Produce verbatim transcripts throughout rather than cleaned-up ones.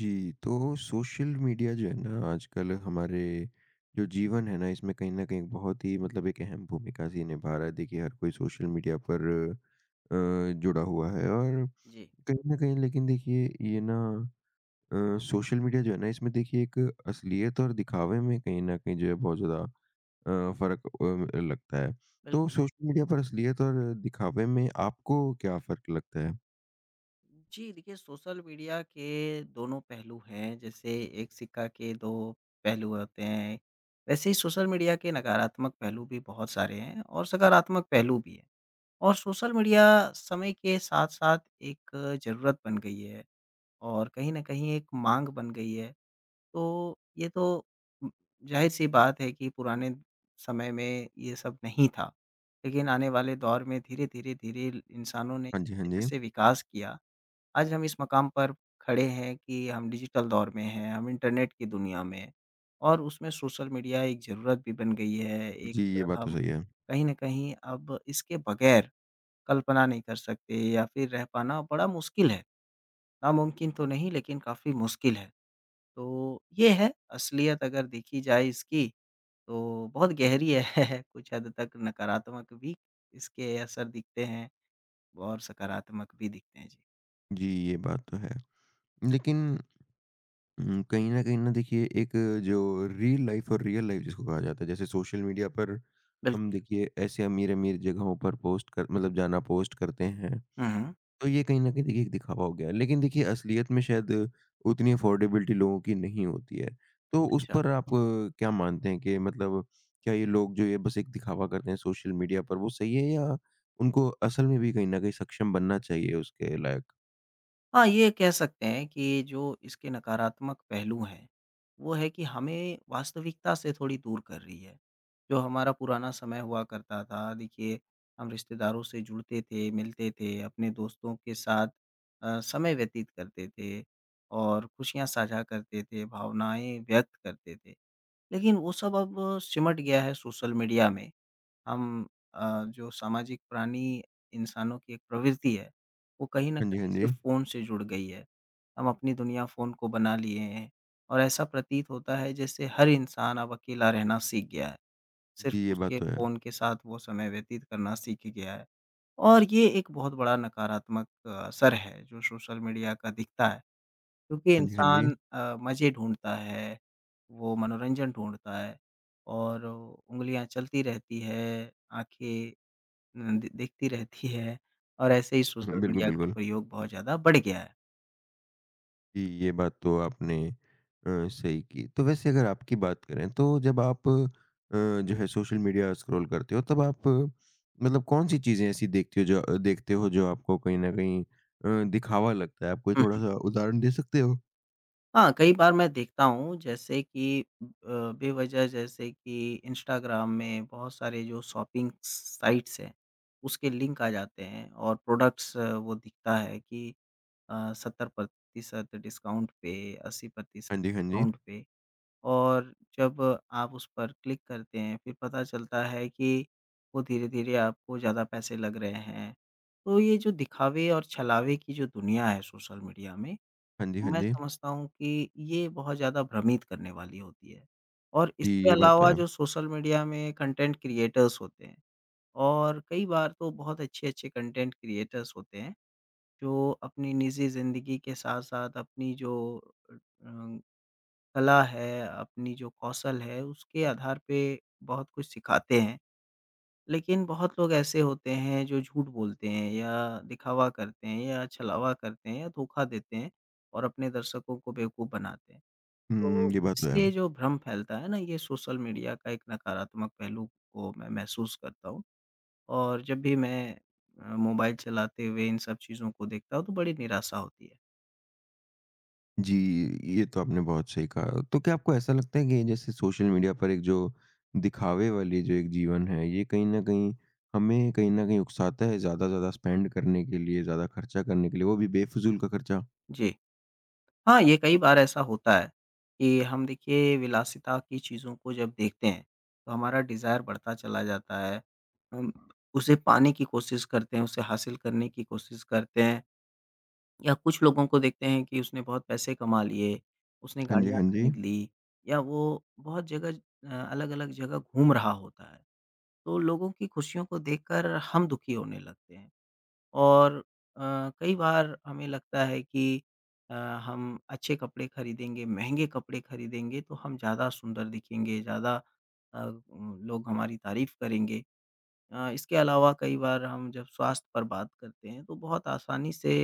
जी, तो social media जो है ना आजकल हमारे जो जीवन है ना इसमें कहीं न कहीं बहुत ही मतलब एक अहम भूमिका सी निभा रहा है। देखिए हर कोई सोशल मीडिया पर अ, जुड़ा हुआ है और जी, कहीं न कहीं लेकिन देखिए ये ना अ, सोशल मीडिया जो है ना इसमें देखिए एक असलियत और दिखावे में कहीं न कहीं जो है बहुत ज़्यादा अ, फ़र्क अ, लगता है। तो बिल्कुल। सोशल मीडिया पर असलियत और दिखावे में आपको क्या फ़र्क लगता है? जी, देखिए सोशल मीडिया के दोनों पहलू हैं, जैसे एक सिक्का के दो पहलू होते हैं, वैसे ही सोशल मीडिया के नकारात्मक पहलू भी बहुत सारे हैं और सकारात्मक पहलू भी हैं। और सोशल मीडिया समय के साथ-साथ एक ज़रूरत बन गई है और कहीं न कहीं एक माँग बन गई है। तो ये तो उम, ज़ाहिर-सी बात है कि पुराने समय में ये सब नहीं था। लेकिन आने वाले दौर में धीरे-धीरे, धीरे धीरे इंसानों ने हाँ जी, हाँ जी। जैसे-जैसे विकास किया, आज हम इस मकाम पर खड़े हैं कि हम डिजिटल दौर में हैं, हम इंटरनेट की दुनिया में हैं। और उसमें सोशल मीडिया एक ज़रूरत भी बन गई है, एक जी, ये बात तो हम सही है। कहीं न कहीं अब इसके बगैर कल्पना नहीं कर सकते या फिर रह पाना बड़ा मुश्किल है। नामुमकिन तो नहीं लेकिन काफ़ी मुश्किल है। तो ये है असलियत अगर देखी जाए इसकी, तो बहुत गहरी है कुछ हद तक नकारात्मक भी इसके असर दिखते हैं और सकारात्मक भी दिखते हैं। जी, जी, ये बात तो है। लेकिन उम, कहीं न कहीं ना देखिए एक जो रील लाइफ़ और रियल लाइफ़ जिसको कहा जाता है, जैसे सोशल मीडिया पर हम बिल्कुल। देखिए ऐसे अमीर-अमीर जगहों पर पोस्ट कर मतलब जाना पोस्ट करते हैं, हुँ, हुँ। तो ये कहीं न कहीं देखिए एक दिखावा हो गया है। लेकिन देखिए असलियत में शायद उतनी अफोर्डेबिलिटी लोगों की नहीं होती है। तो उस अच्छा। पर आप अ, क्या मानते हैं कि मतलब क्या ये लोग जो ये बस एक दिखावा करते हैं सोशल मीडिया पर वो सही है या उनको असल में भी कहीं न कहीं सक्षम बनना चाहिए उसके लायक? हाँ, ये कह सकते हैं कि जो इसके नकारात्मक पहलू हैं, वो है कि हमें वास्तविकता से थोड़ी दूर कर रही है। जो हमारा पुराना समय हुआ करता था, देखिए हम रिश्तेदारों से जुड़ते थे, मिलते थे, अपने दोस्तों के साथ अ, समय व्यतीत करते थे और खुशियाँ साझा करते थे, भावनाएँ व्यक्त करते थे। लेकिन वो सब अब सिमट गया है सोशल मीडिया में हम अ, जो सामाजिक प्राणी इंसानों की एक प्रवृत्ति है, वो कहीं न हाँ जी, हाँ कहीं जी। सिर्फ़ फ़ोन से जुड़ गई है। हम अपनी दुनिया फ़ोन को बना लिए हैं और ऐसा प्रतीत होता है जैसे हर इंसान अब अकेला रहना सीख गया है, सिर्फ़ जी, ये बात उसके तो है। फ़ोन के साथ वो समय व्यतीत करना सीख गया है। और ये एक बहुत बड़ा नकारात्मक असर है जो सोशल मीडिया का दिखता है, क्योंकि हाँ जी, हाँ जी। इंसान अ, मज़े ढूँढता है, वो मनोरंजन ढूँढता है और उंगलियाँ चलती रहती है, आँखें उम, दे देखती रहती है और ऐसे ही हुँ, सोशल बिल्कुल, मीडिया का बिल्कुल। प्रयोग बहुत ज़्यादा बढ़ गया है। जी, ये बात तो आपने अ, सही की। तो वैसे अगर आपकी बात करें तो जब आप अ, जो है सोशल मीडिया स्क्रॉल करते हो तब आप अ, मतलब कौन-सी चीज़ें ऐसी देखते हो जो अ, देखते हो जो आपको कहीं न कहीं अ, दिखावा लगता है? आप कोई हुँ, हुँ। थोड़ा-सा उदाहरण दे सकते हो? हाँ, कई बार मैं देखता हूँ जैसे कि अ, बेवजह जैसे कि इंस्टाग्राम में बहुत सारे जो शॉपिंग साइट्स हैं, उसके लिंक आ जाते हैं और प्रोडक्ट्स वो दिखता है कि अ, सत्तर प्रतिशत डिस्काउंट पे, अस्सी प्रतिशत हाँ जी, हाँ जी। डिस्काउंट पे और जब आप उस पर क्लिक करते हैं, फिर पता चलता है कि वो धीरे-धीरे आपको ज़्यादा पैसे लग रहे हैं। तो ये जो दिखावे और छलावे की जो दुनिया है सोशल मीडिया में, हाँ जी, हाँ मैं जी। समझता हूँ कि ये बहुत ज़्यादा भ्रमित करने वाली होती है। और जी, इसके ये बात तो अलावा है। जो सोशल मीडिया में कंटेंट क्रिएटर्स होते हैं और कई बार तो बहुत अच्छे-अच्छे कंटेंट क्रिएटर्स होते हैं, जो अपनी निजी ज़िंदगी के साथ-साथ अपनी जो अ, कला है, अपनी जो कौशल है, उसके आधार पे बहुत कुछ सिखाते हैं। लेकिन बहुत लोग ऐसे होते हैं जो झूठ बोलते हैं या दिखावा करते हैं या छलावा करते हैं या धोखा देते हैं और अपने दर्शकों को बेवकूफ़ बनाते हैं। हुँ, तो ये बात तो है। इससे जो भ्रम फैलता है ना, ये सोशल मीडिया का एक नकारात्मक पहलू को मैं महसूस करता हूँ और जब भी मैं अ, मोबाइल चलाते हुए इन सब चीज़ों को देखता हूँ, तो बड़ी निराशा होती है। जी, ये तो आपने बहुत सही कहा। तो क्या आपको ऐसा लगता है कि जैसे सोशल मीडिया पर एक जो दिखावे वाली जो एक जीवन है, ये कहीं न कहीं हमें कहीं न कहीं उकसाता है ज़्यादा से ज़्यादा स्पेंड करने के लिए, ज़्यादा खर्चा करने के लिए, वो भी बेफ़िज़ूल का खर्चा? जी। हाँ, ये कई बार ऐसा होता है कि हम देखिए विलासिता की चीज़ों को जब देखते हैं, तो हमारा डिज़ायर बढ़ता चला जाता है। हम उसे पाने की कोशिश करते हैं, उसे हासिल करने की कोशिश करते हैं या कुछ लोगों को देखते हैं कि उसने बहुत पैसे कमा लिए, उसने हाँ जी, गाड़ियाँ हाँ जी। खरीद ली या वो बहुत जगह अ, अलग-अलग जगह घूम रहा होता है। तो लोगों की खुशियों को देखकर हम दुखी होने लगते हैं। और अ, कई बार हमें लगता है कि अ, हम अच्छे कपड़े खरीदेंगे, महँगे कपड़े खरीदेंगे तो हम ज़्यादा सुंदर दिखेंगे, ज़्यादा अ, उम, लोग हमारी तारीफ़ करेंगे। अ, इसके अलावा कई बार हम जब स्वास्थ्य पर बात करते हैं तो बहुत आसानी से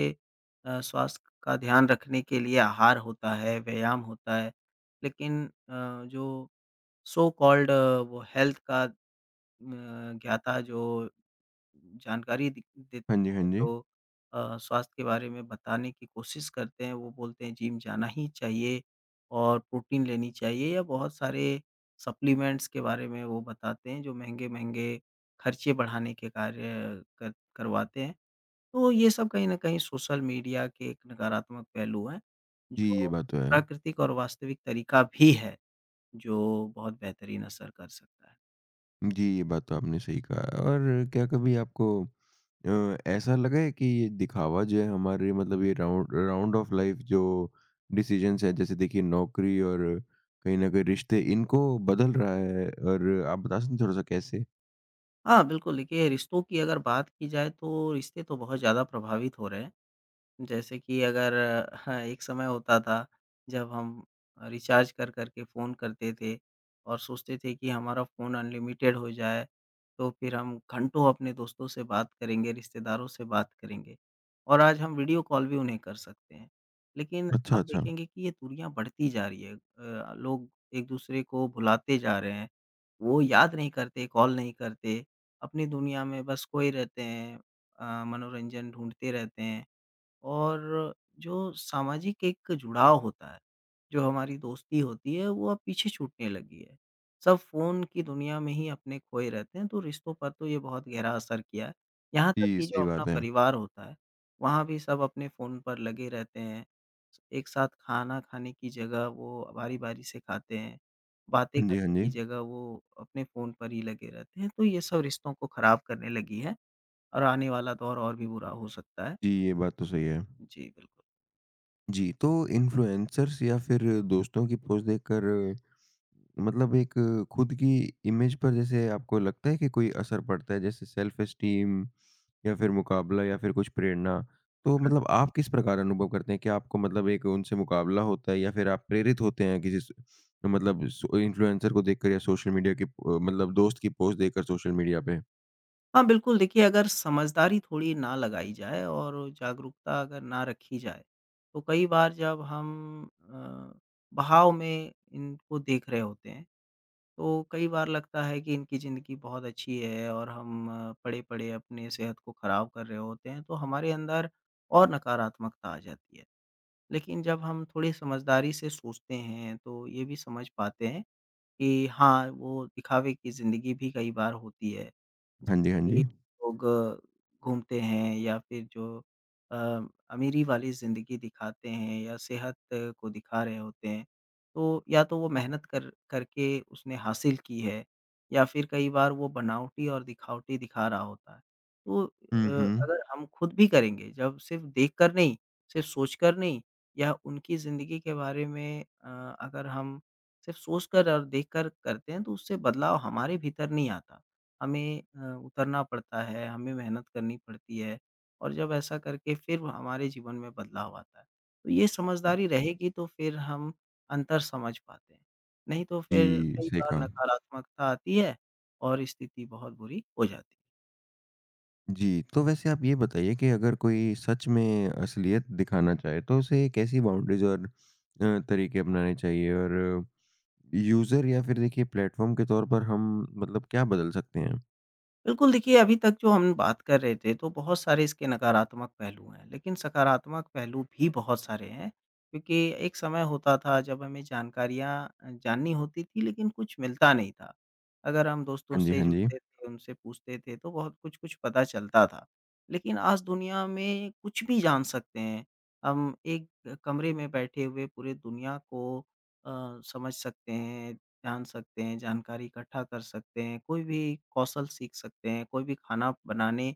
अ, स्वास्थ्य का ध्यान रखने के लिए आहार होता है, व्यायाम होता है। लेकिन अ, जो सो कॉल्ड वो हेल्थ का अ, ज्ञाता जो जानकारी दि हाँ देते जी, हाँ हैं जी। जो अ, स्वास्थ्य के बारे में बताने की कोशिश करते हैं, वो बोलते हैं जिम जाना ही चाहिए और प्रोटीन लेनी चाहिए या बहुत सारे सप्लीमेंट्स के बारे में वो बताते हैं जो महँगे-महँगे खर्चे बढ़ाने के कार्य कर करवाते हैं। तो ये सब कहीं न कहीं सोशल मीडिया के एक नकारात्मक पहलू हैं, जी, जो ये बात तो है। प्राकृतिक और वास्तविक तरीका भी है, जो बहुत बेहतरीन असर कर सकता है। जी, ये बात तो आपने सही कहा। और क्या कभी आपको अ, ऐसा लगा है कि ये दिखावा जो है हमारे मतलब ये राउंड राउंड ऑफ लाइफ जो डिसीजंस हैं जैसे देखिए नौकरी और कहीं न कहीं रिश्ते इनको बदल रहा है और आप बता सकते हैं थोड़ा-सा कैसे? हाँ, बिल्कुल देखिए रिश्तों की अगर बात की जाए तो रिश्ते तो बहुत ज़्यादा प्रभावित हो रहे हैं। जैसे कि अगर हाँ, एक समय होता था जब हम रिचार्ज कर कर के फ़ोन करते थे और सोचते थे कि हमारा फ़ोन अनलिमिटेड हो जाए, तो फिर हम घंटों अपने दोस्तों से बात करेंगे, रिश्तेदारों से बात करेंगे और आज हम वीडियो कॉल भी उन्हें कर सकते हैं। लेकिन अच्छा, आप अच्छा। देखेंगे कि ये दूरियाँ बढ़ती जा रही है अ, लोग एक-दूसरे को भुलाते जा रहे हैं। वो याद नहीं करते, कॉल नहीं करते, अपनी दुनिया में बस खोए रहते हैं अ, मनोरंजन ढूँढते रहते हैं। और जो सामाजिक एक जुड़ाव होता है, जो हमारी दोस्ती होती है, वो अब पीछे छूटने लगी है। सब फ़ोन की दुनिया में ही अपने खोए रहते हैं, तो रिश्तों पर तो ये बहुत गहरा असर किया है। यहाँ तक जी, कि जो सही अपना बात है। परिवार होता है, वहाँ भी सब अपने फ़ोन पर लगे रहते हैं। एक साथ खाना खाने की जगह वो बारी-बारी से खाते हैं, बातें हाँ जी, हाँ करने जी। की जगह वो अपने फ़ोन पर ही लगे रहते हैं, तो ये सब रिश्तों को ख़राब करने लगी है और आने वाला दौर और भी बुरा हो सकता है। जी, ये बात तो सही है। जी, बिल्कुल। जी, तो इन्फ्लुएंसर्स या फिर दोस्तों की पोस्ट देखकर मतलब एक खुद की इमेज पर जैसे आपको लगता है कि कोई असर पड़ता है जैसे सेल्फ एस्टीम या फिर मुकाबला या फिर कुछ प्रेरणा तो मतलब आप किस प्रकार अनुभव करते हैं? क्या आपको मतलब एक उनसे मुकाबला होता है या फिर आप प्रेरित होते हैं किसी स- मतलब इन्फ्लुएंसर को देखकर या सोशल मीडिया की अ, मतलब दोस्त की पोस्ट देखकर सोशल मीडिया पे? हाँ, बिल्कुल देखिए अगर समझदारी थोड़ी ना लगाई जाए और जागरूकता अगर ना रखी जाए, तो कई बार जब हम अ, बहाव में इनको देख रहे होते हैं, तो कई बार लगता है कि इनकी ज़िंदगी बहुत अच्छी है और हम पड़े-पड़े अपने सेहत को ख़राब कर रहे होते हैं, तो हमारे अंदर और नकारात्मकता आ जाती है। लेकिन जब हम थोड़ी समझदारी से सोचते हैं, तो ये भी समझ पाते हैं कि हाँ, वो दिखावे की ज़िंदगी भी कई बार होती है। हाँ जी, जैसे हाँ कि जी। लोग घूमते हैं या फिर जो अ, अमीरी वाली ज़िंदगी दिखाते हैं या सेहत को दिखा रहे होते हैं, तो या तो वो मेहनत कर करके उसने हासिल की है या फिर कई बार वो बनावटी और दिखावटी दिखा रहा होता है। तो अ, हुँ, हुँ। अगर हम खुद भी करेंगे, जब सिर्फ़ देखकर नहीं, सिर्फ़ सोचकर नहीं या उनकी ज़िंदगी के बारे में अ, अगर हम सिर्फ सोचकर और देखकर करते हैं तो उससे बदलाव हमारे भीतर नहीं आता। हमें अ, उतरना पड़ता है, हमें मेहनत करनी पड़ती है और जब ऐसा करके फिर हमारे जीवन में बदलाव आता है। तो ये समझदारी रहेगी तो फिर हम अंतर समझ पाते हैं, नहीं तो जी, फिर कई सही बार कहा। नकारात्मकता आती है और स्थिति बहुत बुरी हो जाती है। जी, तो वैसे आप ये बताइए कि अगर कोई सच में असलियत दिखाना चाहे, तो उसे कैसी बाउंड्रीज़ और अ, तरीके अपनाने चाहिए? और यूज़र या फिर देखिए प्लेटफ़ॉर्म के तौर पर हम मतलब क्या बदल सकते हैं? बिल्कुल, देखिए अभी तक जो हम बात कर रहे थे तो बहुत सारे इसके नकारात्मक पहलू हैं, लेकिन सकारात्मक पहलू भी बहुत सारे हैं। क्योंकि एक समय होता था जब हमें जानकारियाँ अ, जाननी होती थी लेकिन कुछ मिलता नहीं था। अगर हम दोस्तों हाँ जी, से हाँ जी। जुड़ते थे, उनसे पूछते थे तो बहुत कुछ-कुछ पता चलता था। लेकिन आज दुनिया में कुछ भी जान सकते हैं। हम एक कमरे में बैठे हुए पूरे दुनिया को अ, समझ सकते हैं। जान सकते हैं, जानकारी इकट्ठा कर सकते हैं, कोई भी कौशल सीख सकते हैं, कोई भी खाना बनाने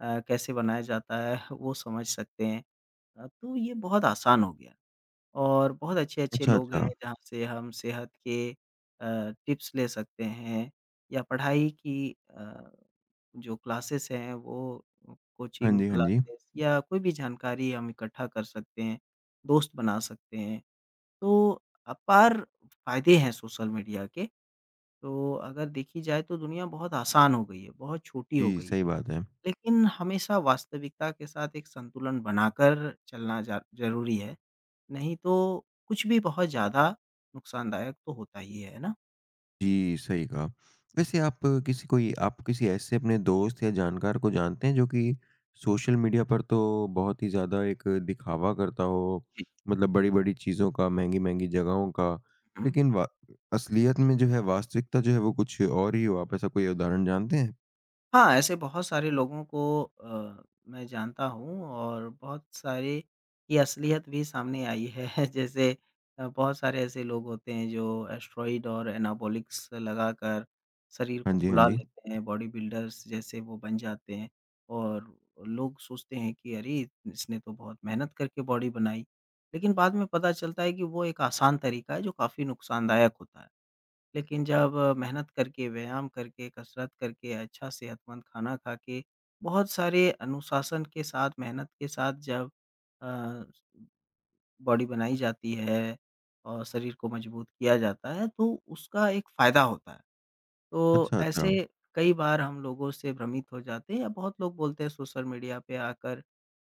अ, कैसे बनाया जाता है वो समझ सकते हैं। अ, तो ये बहुत आसान हो गया और बहुत अच्छे-अच्छे अच्छा, लोग हैं अच्छा। जहाँ से हम सेहत के अ, टिप्स ले सकते हैं या पढ़ाई की अ, जो क्लासेस हैं वो हाँ कोचिंग जी, हाँ जी। क्लासेस या कोई भी जानकारी हम इकट्ठा कर सकते हैं, दोस्त बना सकते हैं। तो अपार फ़ायदे हैं सोशल मीडिया के। तो अगर देखी जाए तो दुनिया बहुत आसान हो गई है, बहुत छोटी हो जी, गई है। सही बात है। लेकिन हमेशा वास्तविकता के साथ एक संतुलन बनाकर चलना जा ज़रूरी है, नहीं तो कुछ भी बहुत ज़्यादा नुकसानदायक तो होता ही है, है ना? जी, सही कहा। वैसे आप किसी कोई आप किसी ऐसे अपने दोस्त या जानकार को जानते हैं जो कि सोशल मीडिया पर तो बहुत ही ज़्यादा एक दिखावा करता हो, जी। मतलब बड़ी-बड़ी चीज़ों का, महँगी-महँगी जगहों का, हुँ। लेकिन वा असलियत में जो है वास्तविकता जो है वो कुछ और ही हो, आप ऐसा कोई उदाहरण जानते हैं? हाँ, ऐसे बहुत सारे लोगों को अ, मैं जानता हूँ और बहुत सारे की असलियत भी सामने आई है। जैसे अ, बहुत सारे ऐसे लोग होते हैं जो एस्टेरॉइड और एनाबॉलिक्स लगाकर शरीर हाँ को जी, हाँ फुला जी। लेते हैं, बॉडी बिल्डर्स जैसे वो बन जाते हैं। और लोग सोचते हैं कि अरे! इसने तो बहुत मेहनत करके बॉडी बनाई। लेकिन बाद में पता चलता है कि वो एक आसान तरीका है जो काफ़ी नुकसानदायक होता है। लेकिन जब अ, मेहनत करके, व्यायाम करके, कसरत करके, अच्छा सेहतमंद खाना खा के, बहुत सारे अनुशासन के साथ, मेहनत के साथ जब अ, बॉडी बनाई जाती है और शरीर को मजबूत किया जाता है, तो उसका एक फ़ायदा होता है। तो अच्छा, अच्छा। ऐसे कई बार हम लोगों से भ्रमित हो जाते हैं या बहुत लोग बोलते हैं सोशल मीडिया पे आकर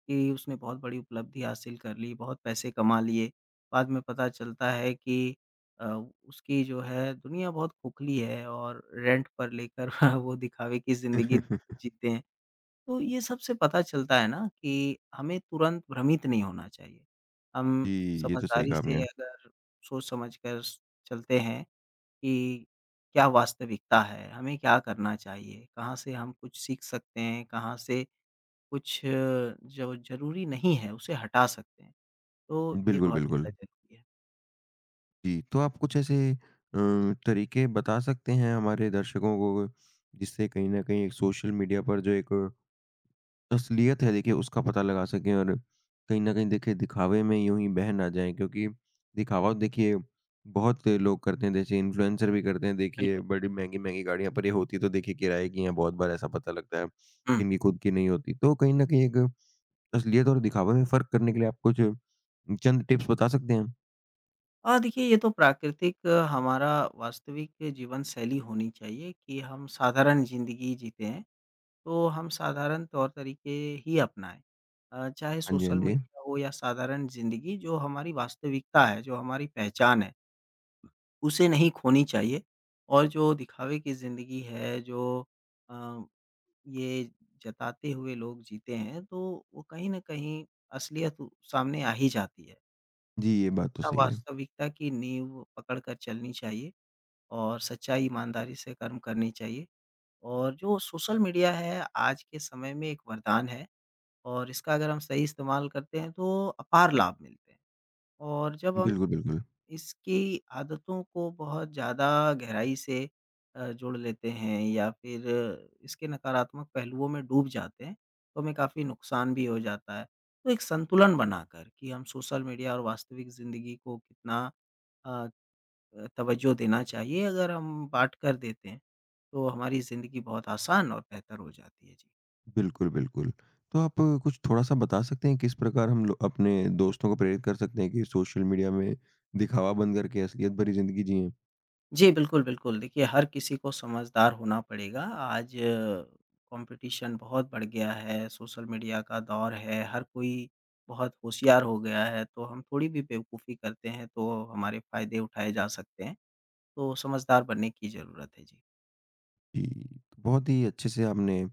कि उसने बहुत बड़ी उपलब्धि हासिल कर ली, बहुत पैसे कमा लिए। बाद में पता चलता है कि अ, उसकी जो है दुनिया बहुत खोखली है और रेंट पर लेकर वो दिखावे की ज़िंदगी जीते हैं। तो ये सब से पता चलता है ना कि हमें तुरंत भ्रमित नहीं होना चाहिए। हम जी, ये तो सही समझदारी कहा से आपने। अगर सोच समझ कर स चलते हैं कि क्या वास्तविकता है? हमें क्या करना चाहिए? कहाँ से हम कुछ सीख सकते हैं? कहाँ से कुछ अ, जो ज़रूरी नहीं है उसे हटा सकते हैं? तो ये बिल्कुल, बहुत बिल्कुल। ज़्यादा ज़रूरी है। जी, तो आप कुछ ऐसे अ, तरीके बता सकते हैं हमारे दर्शकों को, जिससे कहीं न कहीं एक सोशल मीडिया पर जो एक असलियत है देखिए उसका पता लगा सकें और कहीं न कहीं देखिए दिखावे में यूँ ही बह ना जाएँ क्योंकि दिखावा देखिए बहुत लोग करते हैं, जैसे इन्फ्लुएंसर भी करते हैं देखिए बिल्कुल। बड़ी महँगी-महँगी गाड़ियाँ पर ये होती तो देखिए किराए की हैं, बहुत बार ऐसा पता लगता है, हुँ। कि इनकी खुद की नहीं होती। तो कहीं न कहीं एक असलियत और दिखावे में फ़र्क करने के लिए आप कुछ चंद टिप्स बता सकते हैं? और देखिए ये तो प्राकृतिक अ, हमारा वास्तविक जीवन शैली होनी चाहिए कि हम साधारण ज़िंदगी जीते हैं, तो हम साधारण तौर-तरीके ही अपनाएँ। अ, चाहे हाँ जी, सोशल हाँ जी। मीडिया हो या साधारण ज़िंदगी जो हमारी वास्तविकता है, जो हमारी पहचान है। उसे नहीं खोनी चाहिए और जो दिखावे की ज़िंदगी है, जो अ, ये जताते हुए लोग जीते हैं, तो वो कहीं न कहीं असलियत उ- सामने आ ही जाती है। जी, ये बात तो सा सही है। वास्तविकता की नींव पकड़ कर चलनी चाहिए और सच्चाई, ईमानदारी से कर्म करनी चाहिए और जो सोशल मीडिया है, आज के समय में एक वरदान है और इसका अगर हम सही इस्तेमाल करते हैं, तो अपार लाभ मिलते हैं और जब हम बिल्कुल, बिल्कुल। इसकी आदतों को बहुत ज़्यादा गहराई से अ, जोड़ लेते हैं या फिर इसके नकारात्मक पहलुओं में डूब जाते हैं, तो हमें काफ़ी नुकसान भी हो जाता है। तो एक संतुलन बनाकर कि हम सोशल मीडिया और वास्तविक ज़िंदगी को कितना अ, तवज्जो देना चाहिए, अगर हम बाँट कर देते हैं, तो हमारी ज़िंदगी बहुत आसान और बेहतर हो जाती है। जी। बिल्कुल, बिल्कुल। तो आप अ, कुछ थोड़ा-सा बता सकते हैं किस प्रकार हम लो अपने दोस्तों को प्रेरित कर सकते हैं कि सोशल मीडिया में दिखावा बंद करके असलियत भरी ज़िंदगी जिएँ? जी, बिल्कुल, बिल्कुल। देखिए, हर किसी को समझदार होना पड़ेगा। आज कॉम्पिटिशन बहुत बढ़ गया है, सोशल मीडिया का दौर है, हर कोई बहुत होशियार हो गया है, तो हम थोड़ी भी बेवकूफ़ी करते हैं, तो हमारे फ़ायदे उठाए जा सकते हैं। तो समझदार बनने की ज़रूरत है। जी। जी, तो बहुत ही अच्छे से आपने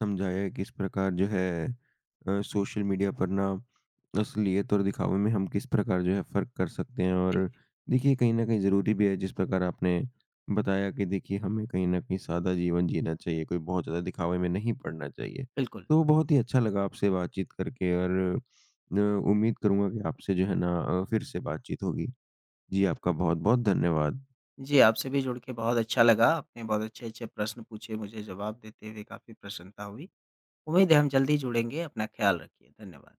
समझाया है किस प्रकार जो है अ, सोशल मीडिया पर ना असलियत और दिखावे में हम किस प्रकार जो है फ़र्क कर सकते हैं और जी, जी। देखिए कहीं न कहीं ज़रूरी भी है जिस प्रकार आपने बताया कि देखिए हमें कहीं न कहीं सादा जीवन जीना चाहिए, कोई बहुत ज़्यादा दिखावे में नहीं पड़ना चाहिए। बिल्कुल। तो बहुत ही अच्छा लगा आपसे बातचीत करके और अ, उम्मीद करूँगा कि आपसे जो है ना अ, फिर से बातचीत होगी। जी, आपका बहुत-बहुत धन्यवाद। जी, आपसे भी जुड़ के बहुत अच्छा लगा। आपने बहुत अच्छे-अच्छे प्रश्न पूछे, मुझे जवाब देते हुए काफ़ी प्रसन्नता हुई। उम्मीद है हम जल्द ही जुड़ेंगे। अपना ख़्याल रखिए। धन्यवाद।